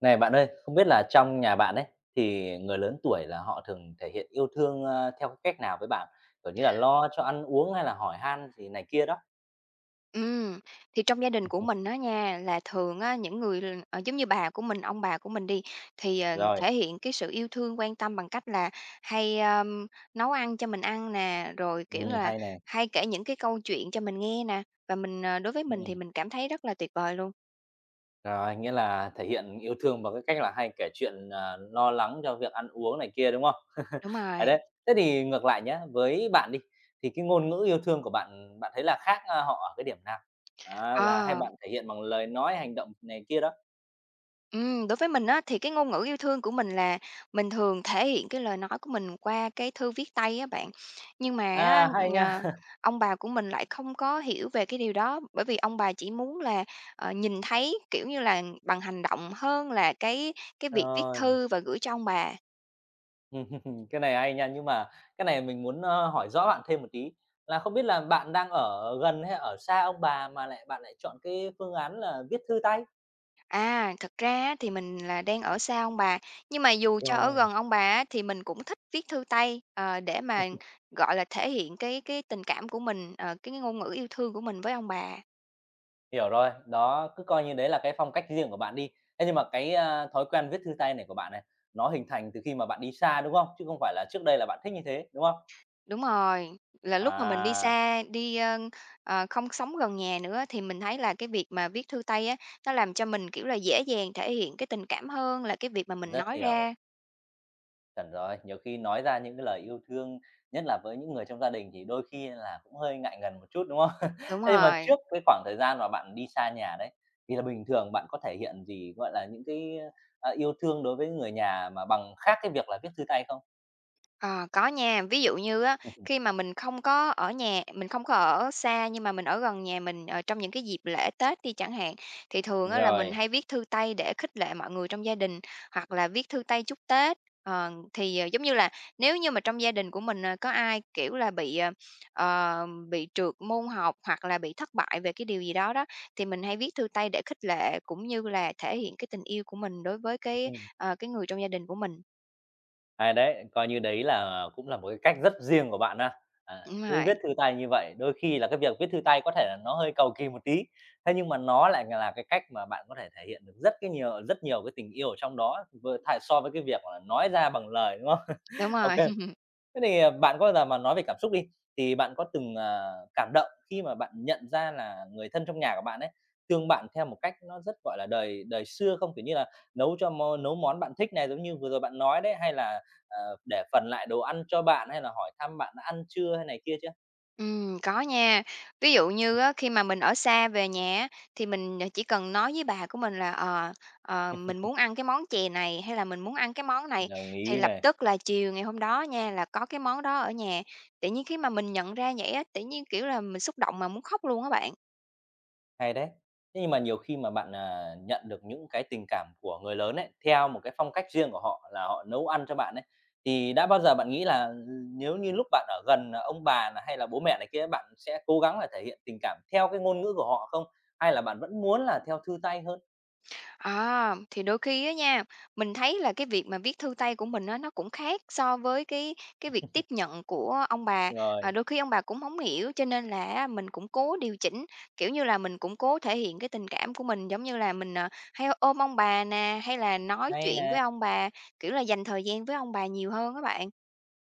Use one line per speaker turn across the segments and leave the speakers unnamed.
Này bạn ơi, không biết là trong nhà bạn ấy thì người lớn tuổi là họ thường thể hiện yêu thương, theo cái cách nào với bạn? Kiểu như là lo cho ăn uống hay là hỏi han gì này kia đó?
Ừ, thì trong gia đình của mình á nha, là thường á, những người giống như bà của mình, ông bà của mình đi, thì,
Rồi,
thể hiện cái sự yêu thương, quan tâm bằng cách là hay, nấu ăn cho mình ăn nè, rồi, kiểu là,
hay này.
hay kể những cái câu chuyện cho mình nghe nè, và mình, đối với mình thì
Ừm,
mình cảm thấy rất là tuyệt vời luôn.
rồi, nghĩa là thể hiện yêu thương bằng cái cách là hay kể chuyện, lo lắng cho việc ăn uống này kia, đúng không?
Đúng
Ở
rồi,
đấy, thế thì ngược lại nhé với bạn đi, thì cái ngôn ngữ yêu thương của bạn bạn thấy là khác, họ ở cái điểm nào? Á, là hay
ờ.
bạn thể hiện bằng lời nói, hành động này kia đó?
Đối với mình á, thì cái ngôn ngữ yêu thương của mình là mình thường thể hiện cái lời nói của mình qua cái thư viết tay á bạn. Nhưng mà á,
À, hay
ờ,
nha.
ông bà của mình lại không có hiểu về cái điều đó, bởi vì ông bà chỉ muốn là, nhìn thấy, kiểu như là, bằng hành động hơn là cái việc viết
Rồi.
thư và gửi cho ông bà.
Ừm, cái này hay nha, nhưng mà cái này mình muốn, hỏi rõ bạn thêm một tí, là không biết là bạn đang ở gần hay ở xa ông bà mà lại bạn lại chọn cái phương án là viết thư tay?
À, thật ra á, thì mình là đang ở xa ông bà, nhưng mà dù cho ở
Rồi.
gần ông bà á, thì mình cũng thích viết thư tay, để mà, gọi là, thể hiện cái tình cảm của mình, cái ngôn ngữ yêu thương của mình với ông bà.
Hiểu rồi, đó, cứ coi như đấy là cái phong cách riêng của bạn đi. Thế nhưng mà cái, thói quen viết thư tay này của bạn này, nó hình thành từ khi mà bạn đi xa, đúng không? Chứ không phải là trước đây là bạn thích như thế, đúng không?
Đúng rồi, là lúc mà mình đi
À,
xa, không sống gần nhà nữa thì mình thấy là cái việc mà viết thư tay á, nó làm cho mình, kiểu là, dễ dàng thể hiện cái tình cảm hơn là cái việc mà mình
rất
nói
hiểu.
ra.
Chuẩn rồi, nhiều khi nói ra những cái lời yêu thương, nhất là với những người trong gia đình thì đôi khi là cũng hơi ngại ngần một chút, đúng không?
Đúng
Thế nhưng mà
rồi.
trước cái khoảng thời gian mà bạn đi xa nhà đấy, thì là bình thường bạn có thể hiện gì, gọi là, những cái, yêu thương đối với người nhà mà bằng khác cái việc là viết thư tay không?
Ờ, có nha. Ví dụ như á, khi mà mình không có ở nhà mình không có ở xa nhưng mà mình ở gần nhà mình, trong những cái dịp lễ Tết đi chẳng hạn, thì thường á là mình
Rồi.
hay viết thư tay để khích lệ mọi người trong gia đình, hoặc là viết thư tay chúc Tết. Thì, giống như là, nếu như mà trong gia đình của mình, có ai, kiểu là, bị trượt môn học hoặc là bị thất bại về cái điều gì đó đó, thì mình hay viết thư tay để khích lệ cũng như là thể hiện cái tình yêu của mình đối với cái người trong gia đình của mình.
Hay đấy, coi như đấy là cũng là một cái cách rất riêng của bạn ha. À,
Đúng
cứ
rồi,
viết thư tay như vậy, đôi khi là cái việc viết thư tay có thể là nó hơi cầu kỳ một tí, thế nhưng mà nó lại là cái cách mà bạn có thể thể hiện được rất cái nhiều rất nhiều cái tình yêu ở trong đó, vừa thà so với cái việc là nói ra bằng lời, đúng không?
đúng rồi.
OK. Thế thì, bạn có bao giờ mà nói về cảm xúc đi, thì bạn có từng, cảm động khi mà bạn nhận ra là người thân trong nhà của bạn ấy, thương bạn theo một cách nó rất, gọi là, đời đời xưa không? Kiểu như là nấu cho món nấu món bạn thích này, giống như vừa rồi bạn nói đấy, hay là, để phần lại đồ ăn cho bạn, hay là hỏi thăm bạn đã ăn chưa hay này kia chưa?
Có nha. Ví dụ như á, khi mà mình ở xa về nhà á, thì mình, chỉ cần nói với bà của mình là, mình muốn ăn cái món chè này hay là mình muốn ăn cái món này,
Đồng
thì
ý
lập
này.
tức là chiều ngày hôm đó nha, là có cái món đó ở nhà. Tự nhiên khi mà mình nhận ra vậy á, tự nhiên, kiểu là, mình xúc động mà muốn khóc luôn á bạn.
Hay đấy. Thế nhưng mà nhiều khi mà bạn, nhận được những cái tình cảm của người lớn ấy, theo một cái phong cách riêng của họ là họ nấu ăn cho bạn ấy, thì đã bao giờ bạn nghĩ là ừ, nếu như lúc bạn ở gần, ông bà này hay là bố mẹ này kia, bạn sẽ cố gắng là thể hiện tình cảm theo cái ngôn ngữ của họ không? Hay là bạn vẫn muốn là theo thư tay hơn?
À, thì đôi khi á nha, mình thấy là cái việc mà viết thư tay của mình á, nó cũng khác so với cái việc tiếp nhận của ông bà. À,
Rồi,
đôi khi ông bà cũng hổng hiểu cho nên là mình cũng cố điều chỉnh, kiểu như là, mình cũng cố thể hiện cái tình cảm của mình, giống như là, mình, hay ôm ông bà nè, hay là nói
hay
chuyện với
này.
ông bà, kiểu là, dành thời gian với ông bà nhiều hơn các bạn.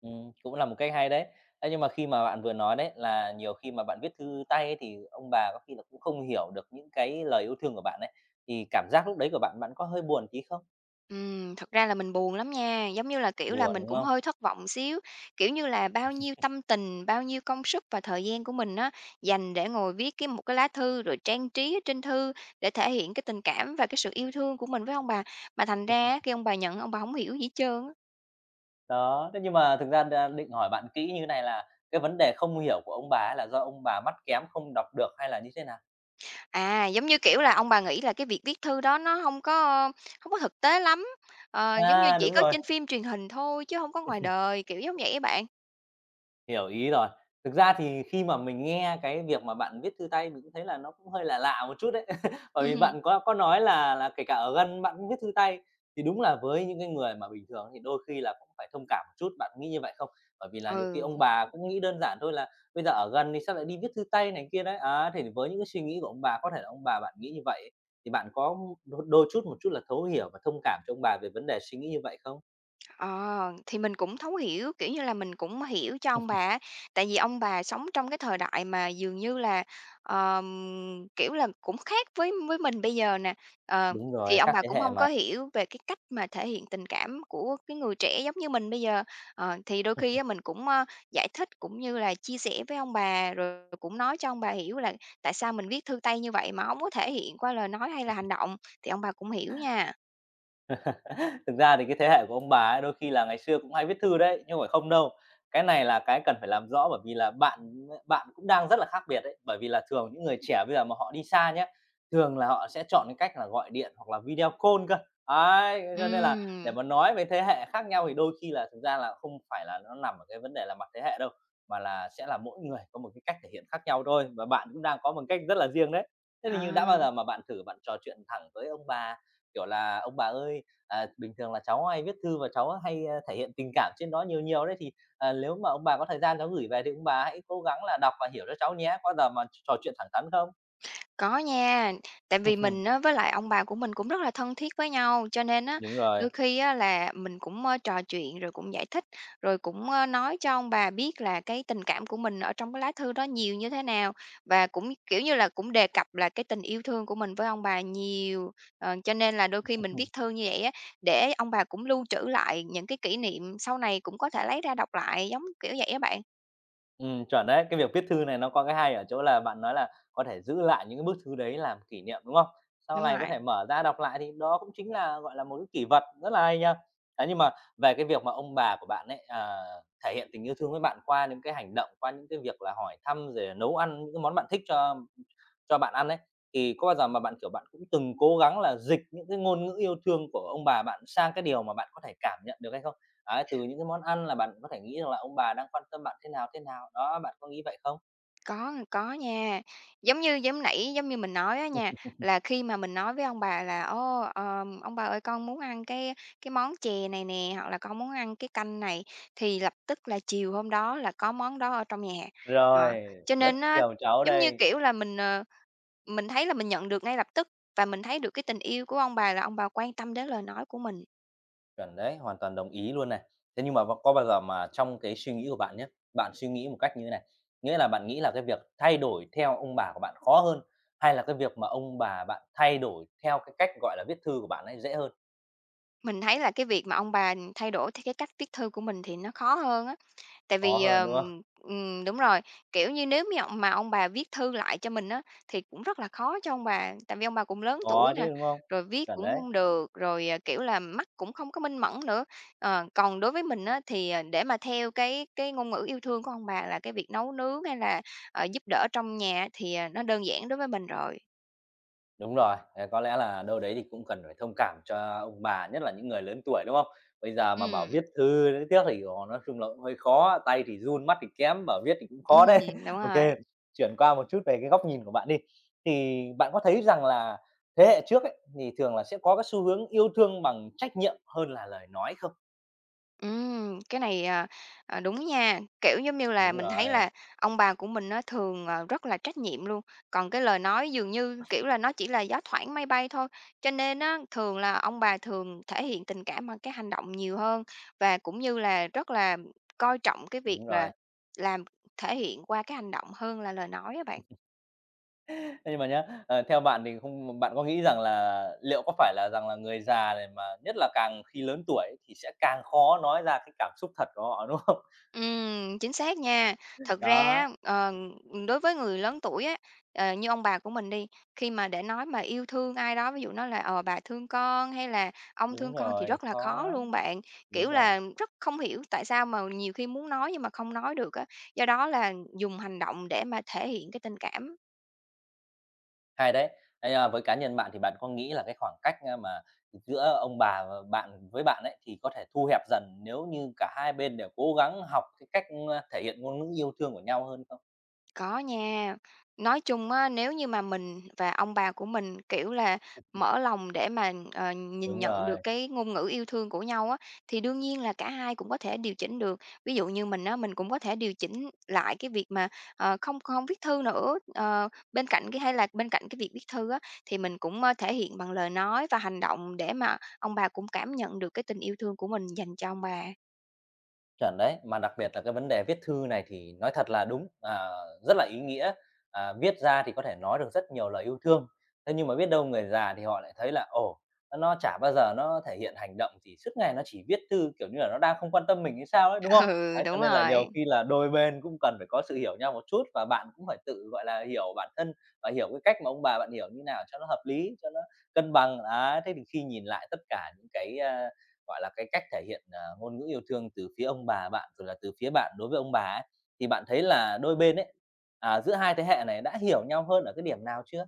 Cũng là một cách hay đấy. Thế nhưng mà khi mà bạn vừa nói đấy là nhiều khi mà bạn viết thư tay ấy, thì ông bà có khi là cũng không hiểu được những cái lời yêu thương của bạn ấy, thì cảm giác lúc đấy của bạn, bạn có hơi buồn tí không?
Thật ra là mình buồn lắm nha, giống như là, kiểu là,
Buồn,
mình
đúng
cũng
không?
hơi thất vọng xíu, kiểu như là, bao nhiêu tâm tình, bao nhiêu công sức và thời gian của mình á, dành để ngồi viết cái một cái lá thư rồi trang trí ở trên thư để thể hiện cái tình cảm và cái sự yêu thương của mình với ông bà. Mà thành ra á, khi ông bà nhận ông bà không hiểu gì hết trơn á.
Đó, thế nhưng mà thực ra đa định hỏi bạn kỹ như thế này là cái vấn đề không hiểu của ông bà ấy là do ông bà mắt kém không đọc được hay là như thế nào?
À, giống như, kiểu là, ông bà nghĩ là cái việc viết thư đó nó không có thực tế lắm, giống như
À,
chỉ
đúng
có
rồi.
trên phim truyền hình thôi chứ không có ngoài đời, kiểu giống vậy các bạn.
Hiểu ý rồi. Thực ra thì khi mà mình nghe cái việc mà bạn viết thư tay mình cũng thấy là nó cũng hơi là lạ lạ một chút đấy. Bởi vì bạn có nói là kể cả ở gần bạn cũng viết thư tay, thì đúng là với những cái người mà bình thường thì đôi khi là cũng phải thông cảm một chút, bạn nghĩ như vậy không? Bởi vì là nhiều khi ông
Ừ.
bà cũng nghĩ đơn giản thôi là bây giờ ở gần thì sao lại đi viết thư tay này kia đấy. À thì với những cái suy nghĩ của ông bà, có thể là ông bà bạn nghĩ như vậy thì bạn có đôi đôi chút một chút là thấu hiểu và thông cảm cho ông bà về vấn đề suy nghĩ như vậy không?
Ờ, thì mình cũng thấu hiểu, kiểu như là, mình cũng hiểu cho ông bà á, tại vì ông bà sống trong cái thời đại mà dường như là, kiểu là, cũng khác với mình bây giờ nè. Ờ,
Đúng
thì
rồi,
ông
khác
bà
thế
cũng
hệ
không có
mà.
hiểu về cái cách mà thể hiện tình cảm của cái người trẻ giống như mình bây giờ. Thì đôi khi á mình cũng, giải thích cũng như là chia sẻ với ông bà, rồi cũng nói cho ông bà hiểu là tại sao mình viết thư tay như vậy mà hổng có thể hiện qua lời nói hay là hành động, thì ông bà cũng hiểu nha.
Thực ra thì cái thế hệ của ông bà ấy đôi khi là ngày xưa cũng hay viết thư đấy, nhưng không phải không đâu. Cái này là cái cần phải làm rõ bởi vì là bạn bạn cũng đang rất là khác biệt đấy, bởi vì là thường những người trẻ bây giờ mà họ đi xa nhé thường là họ sẽ chọn cái cách là gọi điện hoặc là video call cơ. Ấy, cho nên là để
Ừm,
mà nói về thế hệ khác nhau thì đôi khi là thực ra là không phải là nó nằm ở cái vấn đề là mặt thế hệ đâu, mà là sẽ là mỗi người có một cái cách thể hiện khác nhau thôi, và bạn cũng đang có một cách rất là riêng đấy. Thế thì nhưng đã bao
à.
giờ mà bạn thử bạn trò chuyện thẳng với ông bà, kiểu là "Ông bà ơi, à, bình thường là cháu hay viết thư và cháu hay, thể hiện tình cảm trên đó nhiều nhiều đấy, thì, nếu mà ông bà có thời gian cháu gửi về thì ông bà hãy cố gắng là đọc và hiểu cho cháu nhé", có giờ mà trò chuyện thẳng thắn không?
Có nha, tại vì mình á, với lại ông bà của mình cũng rất là thân thiết với nhau, cho nên á,
Đúng rồi.
đôi khi á, là mình cũng, trò chuyện rồi cũng giải thích, rồi cũng, nói cho ông bà biết là cái tình cảm của mình ở trong cái lá thư đó nhiều như thế nào. Và cũng, kiểu như là, cũng đề cập là cái tình yêu thương của mình với ông bà nhiều, cho nên là đôi khi mình viết thư như vậy á, để ông bà cũng lưu trữ lại những cái kỷ niệm sau này cũng có thể lấy ra đọc lại, giống kiểu vậy á bạn.
Chuẩn đấy. Cái việc viết thư này nó có cái hay ở chỗ là bạn nói là có thể giữ lại những cái bức thư đấy làm kỷ niệm, đúng không? Sau
Đúng
này có
rồi.
thể mở ra đọc lại thì đó cũng chính là, gọi là, một cái kỷ vật rất là hay nha. Đấy, nhưng mà về cái việc mà ông bà của bạn ấy, thể hiện tình yêu thương với bạn qua những cái hành động, qua những cái việc là hỏi thăm rồi nấu ăn những cái món bạn thích cho bạn ăn ấy, thì có bao giờ mà bạn, kiểu, bạn cũng từng cố gắng là dịch những cái ngôn ngữ yêu thương của ông bà bạn sang cái điều mà bạn có thể cảm nhận được hay không? Đấy, từ những cái món ăn là bạn có thể nghĩ rằng là ông bà đang quan tâm bạn thế nào, thế nào. Đó, bạn có nghĩ vậy không?
Có nha. Giống như mình nói á nha, là khi mà mình nói với ông bà là "Ô, ông bà ơi, con muốn ăn cái món chè này nè, hoặc là con muốn ăn cái canh này", thì lập tức là chiều hôm đó là có món đó ở trong nhà. Ờ,
Rồi,
cho
rất
nên á,
chiều cháu
giống như,
đây.
kiểu là, mình thấy là mình nhận được ngay lập tức và mình thấy được cái tình yêu của ông bà là ông bà quan tâm đến lời nói của mình.
Chuẩn đấy, hoàn toàn đồng ý luôn này. Thế nhưng mà có bao giờ mà trong cái suy nghĩ của bạn nhé bạn suy nghĩ một cách như thế này, nghĩa là bạn nghĩ là cái việc thay đổi theo ông bà của bạn khó hơn, hay là cái việc mà ông bà bạn thay đổi theo cái cách, gọi là, viết thư của bạn ấy dễ hơn?
Mình thấy là cái việc mà ông bà thay đổi theo cái cách viết thư của mình thì nó khó hơn á. Tại
Khó
vì,
hơn, đúng không?
đúng rồi, kiểu như, nếu như mà ông bà viết thư lại cho mình á, thì cũng rất là khó cho ông bà, tại vì ông bà cũng lớn tuổi
Khó
nè,
chứ, đúng không?
rồi viết
Chuẩn
cũng
đấy.
không được, rồi, à, kiểu là, mắt cũng không có minh mẫn nữa. Còn đối với mình á, thì, à, để mà theo cái ngôn ngữ yêu thương của ông bà là cái việc nấu nướng hay là, giúp đỡ trong nhà thì, à, nó đơn giản đối với mình rồi.
Đúng rồi, có lẽ là đâu đấy thì cũng cần phải thông cảm cho ông bà, nhất là những người lớn tuổi, đúng không? Bây giờ mà bảo
Ừm,
viết thư viết tiếc thì, nó nói chung là cũng hơi khó, tay thì run, mắt thì kém, bảo viết thì cũng khó đấy.
đúng
OK,
rồi.
chuyển qua một chút về cái góc nhìn của bạn đi. Thì bạn có thấy rằng là thế hệ trước ấy, thì thường là sẽ có cái xu hướng yêu thương bằng trách nhiệm hơn là lời nói không?
Cái này, đúng nha. Kiểu, giống như là,
Đúng
mình thấy
rồi,
là ông bà của mình nó thường, rất là trách nhiệm luôn, còn cái lời nói dường như, kiểu là, nó chỉ là gió thoảng mây bay thôi. Cho nên á, thường là ông bà thường thể hiện tình cảm bằng cái hành động nhiều hơn và cũng như là rất là coi trọng cái việc
đúng rồi.
là làm thể hiện qua cái hành động hơn là lời nói á bạn.
Nhưng mà nhá, theo bạn thì không bạn có nghĩ rằng là liệu có phải là rằng là người già này mà nhất là càng khi lớn tuổi ấy, thì sẽ càng khó nói ra cái cảm xúc thật của họ, đúng không?
Chính xác nha. Thật ra á,
Đó,
đối với người lớn tuổi á, như ông bà của mình đi, khi mà để nói mà yêu thương ai đó, ví dụ nói là "Ờ, bà thương con" hay là "Ông
đúng
thương con" thì
rồi,
rất là
khó
khó
lắm,
luôn bạn.
đúng
Kiểu
rồi,
là, rất không hiểu tại sao mà nhiều khi muốn nói nhưng mà không nói được á, do đó là dùng hành động để mà thể hiện cái tình cảm.
hay đấy. Thế, với cá nhân bạn thì bạn có nghĩ là cái khoảng cách, mà giữa ông bà và bạn với bạn ấy thì có thể thu hẹp dần nếu như cả hai bên đều cố gắng học cái cách, thể hiện ngôn ngữ yêu thương của nhau hơn không?
Có nha. Nói chung á, nếu như mà mình và ông bà của mình, kiểu là, mở lòng để mà, nhìn
Đúng
nhận được
rồi.
cái ngôn ngữ yêu thương của nhau á, thì đương nhiên là cả hai cũng có thể điều chỉnh được. Ví dụ như mình á, mình cũng có thể điều chỉnh lại cái việc mà, không không viết thư nữa, bên cạnh cái hay là bên cạnh cái việc viết thư á, thì mình cũng, thể hiện bằng lời nói và hành động để mà ông bà cũng cảm nhận được cái tình yêu thương của mình dành cho ông bà.
Chuẩn đấy, mà đặc biệt là cái vấn đề viết thư này thì nói thật là đúng, rất là ý nghĩa, viết ra thì có thể nói được rất nhiều lời yêu thương. Thế nhưng mà biết đâu người già thì họ lại thấy là, ồ, nó chả bao giờ nó thể hiện hành động thì suốt ngày nó chỉ viết thư, kiểu như là, nó đang không quan tâm mình hay sao ấy, đúng không?
Ừ,
Đấy, cho
đúng
nên là
rồi.
nhiều khi là đôi bên cũng cần phải có sự hiểu nhau một chút và bạn cũng phải tự, gọi là, hiểu bản thân và hiểu cái cách mà ông bà bạn hiểu như nào cho nó hợp lý, cho nó cân bằng. Đấy, thế thì khi nhìn lại tất cả những cái, gọi là, cái cách thể hiện, ngôn ngữ yêu thương từ phía ông bà bạn, rồi là từ phía bạn đối với ông bà ấy, thì bạn thấy là đôi bên ấy, giữa hai thế hệ này đã hiểu nhau hơn ở cái điểm nào chưa?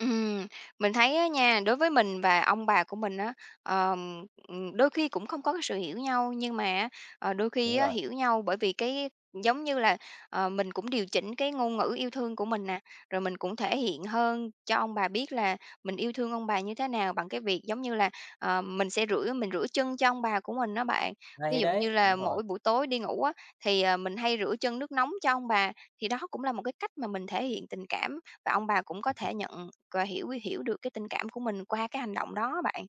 Ừm, mình thấy á nha, đối với mình và ông bà của mình á, đôi khi cũng không có cái sự hiểu nhau, nhưng mà á, đôi khi
Đúng
á,
rồi,
hiểu nhau bởi vì cái giống như là, mình cũng điều chỉnh cái ngôn ngữ yêu thương của mình nè, rồi mình cũng thể hiện hơn cho ông bà biết là mình yêu thương ông bà như thế nào bằng cái việc giống như là, mình rửa chân cho ông bà của mình đó bạn. Ví
hay
dụ như
đấy,
là
đúng rồi.
mỗi buổi tối đi ngủ á, thì, mình hay rửa chân nước nóng cho ông bà, thì đó cũng là một cái cách mà mình thể hiện tình cảm và ông bà cũng có thể nhận và hiểu hiểu được cái tình cảm của mình qua cái hành động đó á bạn.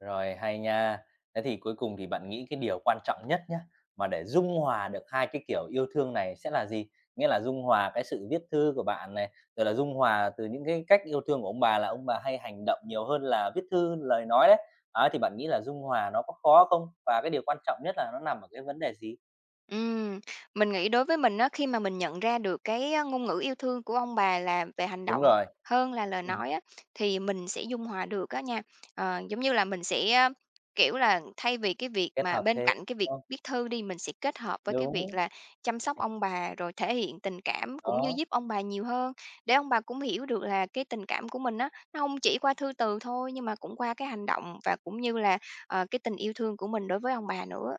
Rồi, hay nha. Thế thì cuối cùng thì bạn nghĩ cái điều quan trọng nhất nhé mà để dung hòa được hai cái kiểu yêu thương này sẽ là gì? Nghĩa là dung hòa cái sự viết thư của bạn này, rồi là dung hòa từ những cái cách yêu thương của ông bà là ông bà hay hành động nhiều hơn là viết thư, lời nói đấy. Ấy, thì bạn nghĩ là dung hòa nó có khó không? Và cái điều quan trọng nhất là nó nằm ở cái vấn đề gì?
Ừm, mình nghĩ đối với mình á, khi mà mình nhận ra được cái, ngôn ngữ yêu thương của ông bà là về hành
Đúng
động
rồi,
hơn là lời
ừm,
nói á, thì mình sẽ dung hòa được á nha. Giống như là mình sẽ, kiểu là, thay vì cái việc
kết
mà
hợp
bên
thêm,
cạnh cái việc
đúng không?
viết thư đi, mình sẽ kết hợp với cái việc
Đúng,
là chăm sóc ông bà, rồi thể hiện tình cảm cũng như
đó.
giúp ông bà nhiều hơn, để ông bà cũng hiểu được là cái tình cảm của mình á, nó không chỉ qua thư từ thôi, nhưng mà cũng qua cái hành động và cũng như là, cái tình yêu thương của mình đối với ông bà nữa.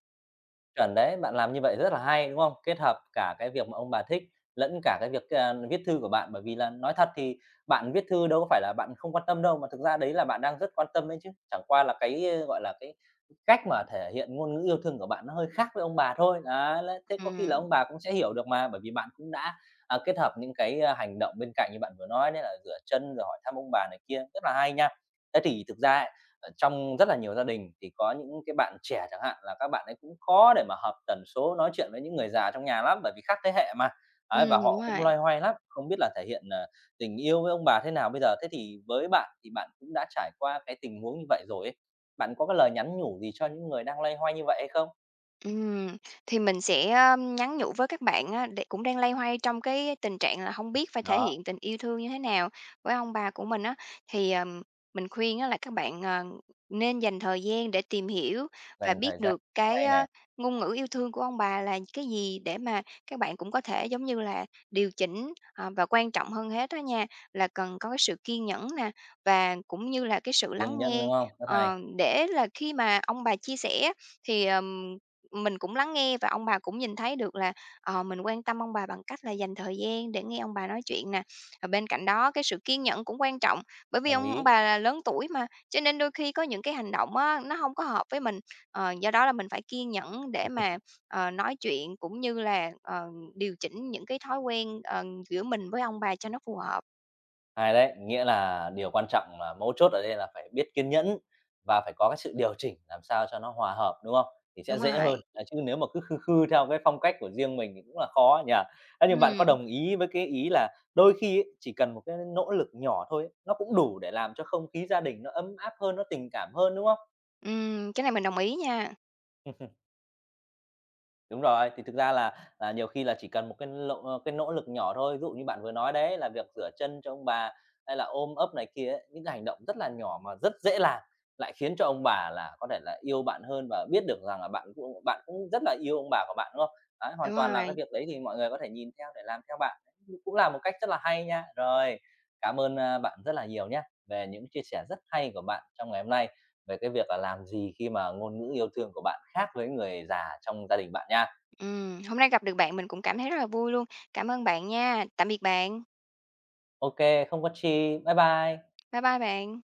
Chuẩn đấy, bạn làm như vậy rất là hay, đúng không? Kết hợp cả cái việc mà ông bà thích lẫn cả cái việc, viết thư của bạn, bởi vì là nói thật thì bạn viết thư đâu có phải là bạn không quan tâm đâu, mà thực ra đấy là bạn đang rất quan tâm đấy chứ. Chẳng qua là cái, gọi là, cái cách mà thể hiện ngôn ngữ yêu thương của bạn nó hơi khác với ông bà thôi. Đấy, đấy, thế có khi là
Ừm,
ông bà cũng sẽ hiểu được mà, bởi vì bạn cũng đã, kết hợp những cái, hành động bên cạnh như bạn vừa nói đấy là rửa chân rồi hỏi thăm ông bà này kia, rất là hay nha. Thế thì thực ra ấy, trong rất là nhiều gia đình thì có những cái bạn trẻ chẳng hạn là các bạn ấy cũng khó để mà hợp tần số nói chuyện với những người già trong nhà lắm, bởi vì khác thế hệ mà. Đấy và
đúng
họ
rồi.
cũng loay hoay lắm, không biết là thể hiện, tình yêu với ông bà thế nào bây giờ. Thế thì với bạn thì bạn cũng đã trải qua cái tình huống như vậy rồi ấy, bạn có cái lời nhắn nhủ gì cho những người đang loay hoay như vậy hay không?
Ừm, thì mình sẽ, nhắn nhủ với các bạn á, để cũng đang loay hoay trong cái tình trạng là không biết phải thể
Đó,
hiện tình yêu thương như thế nào với ông bà của mình á. Thì, mình khuyên á là các bạn, nên dành thời gian để tìm hiểu và
dành
biết
thời gian
được
rất
cái,
hay này,
ngôn ngữ yêu thương của ông bà là cái gì để mà các bạn cũng có thể, giống như là, điều chỉnh, và quan trọng hơn hết đó nha, là cần có cái sự kiên nhẫn nè, và cũng như là cái sự
kiên
lắng
nhẫn,
nghe.
đúng không? Rất
Ờ,
hay,
để là khi mà ông bà chia sẻ thì, mình cũng lắng nghe và ông bà cũng nhìn thấy được là, mình quan tâm ông bà bằng cách là dành thời gian để nghe ông bà nói chuyện nè. Và bên cạnh đó cái sự kiên nhẫn cũng quan trọng, bởi vì
đồng
ông
ý.
bà là lớn tuổi mà, cho nên đôi khi có những cái hành động á, nó không có hợp với mình. Do đó là mình phải kiên nhẫn để mà, nói chuyện cũng như là, điều chỉnh những cái thói quen, giữa mình với ông bà cho nó phù hợp.
Hay đấy, nghĩa là điều quan trọng là mấu chốt ở đây là phải biết kiên nhẫn và phải có cái sự điều chỉnh làm sao cho nó hòa hợp, đúng không? Thì sẽ
Đúng
dễ hơn,
rồi.
chứ nếu mà cứ khư khư theo cái phong cách của riêng mình thì cũng là khó ấy nhỉ? Thế nhưng bạn có
Ừm,
đồng ý với cái ý là đôi khi ấy, chỉ cần một cái nỗ lực nhỏ thôi ấy, nó cũng đủ để làm cho không khí gia đình nó ấm áp hơn, nó tình cảm hơn, đúng không?
cái này mình đồng ý nha.
Đúng rồi, thì thực ra là nhiều khi là chỉ cần một cái cái nỗ lực nhỏ thôi, ví dụ như bạn vừa nói đấy là việc rửa chân cho ông bà hay là ôm ấp này kia ấy, những cái hành động rất là nhỏ mà rất dễ làm, lại khiến cho ông bà là có thể là yêu bạn hơn và biết được rằng là bạn cũng rất là yêu ông bà của bạn, đúng không? Đấy, hoàn
Đúng
toàn là cái
rồi.
việc đấy thì mọi người có thể nhìn theo để làm theo bạn, đấy, cũng là một cách rất là hay nha. Rồi, cảm ơn, bạn rất là nhiều nhé về những chia sẻ rất hay của bạn trong ngày hôm nay về cái việc là làm gì khi mà ngôn ngữ yêu thương của bạn khác với người già trong gia đình bạn nha.
Hôm nay gặp được bạn mình cũng cảm thấy rất là vui luôn. Cảm ơn bạn nha. Tạm biệt bạn.
OK, không có chi. Bye bye.
Bye bye bạn.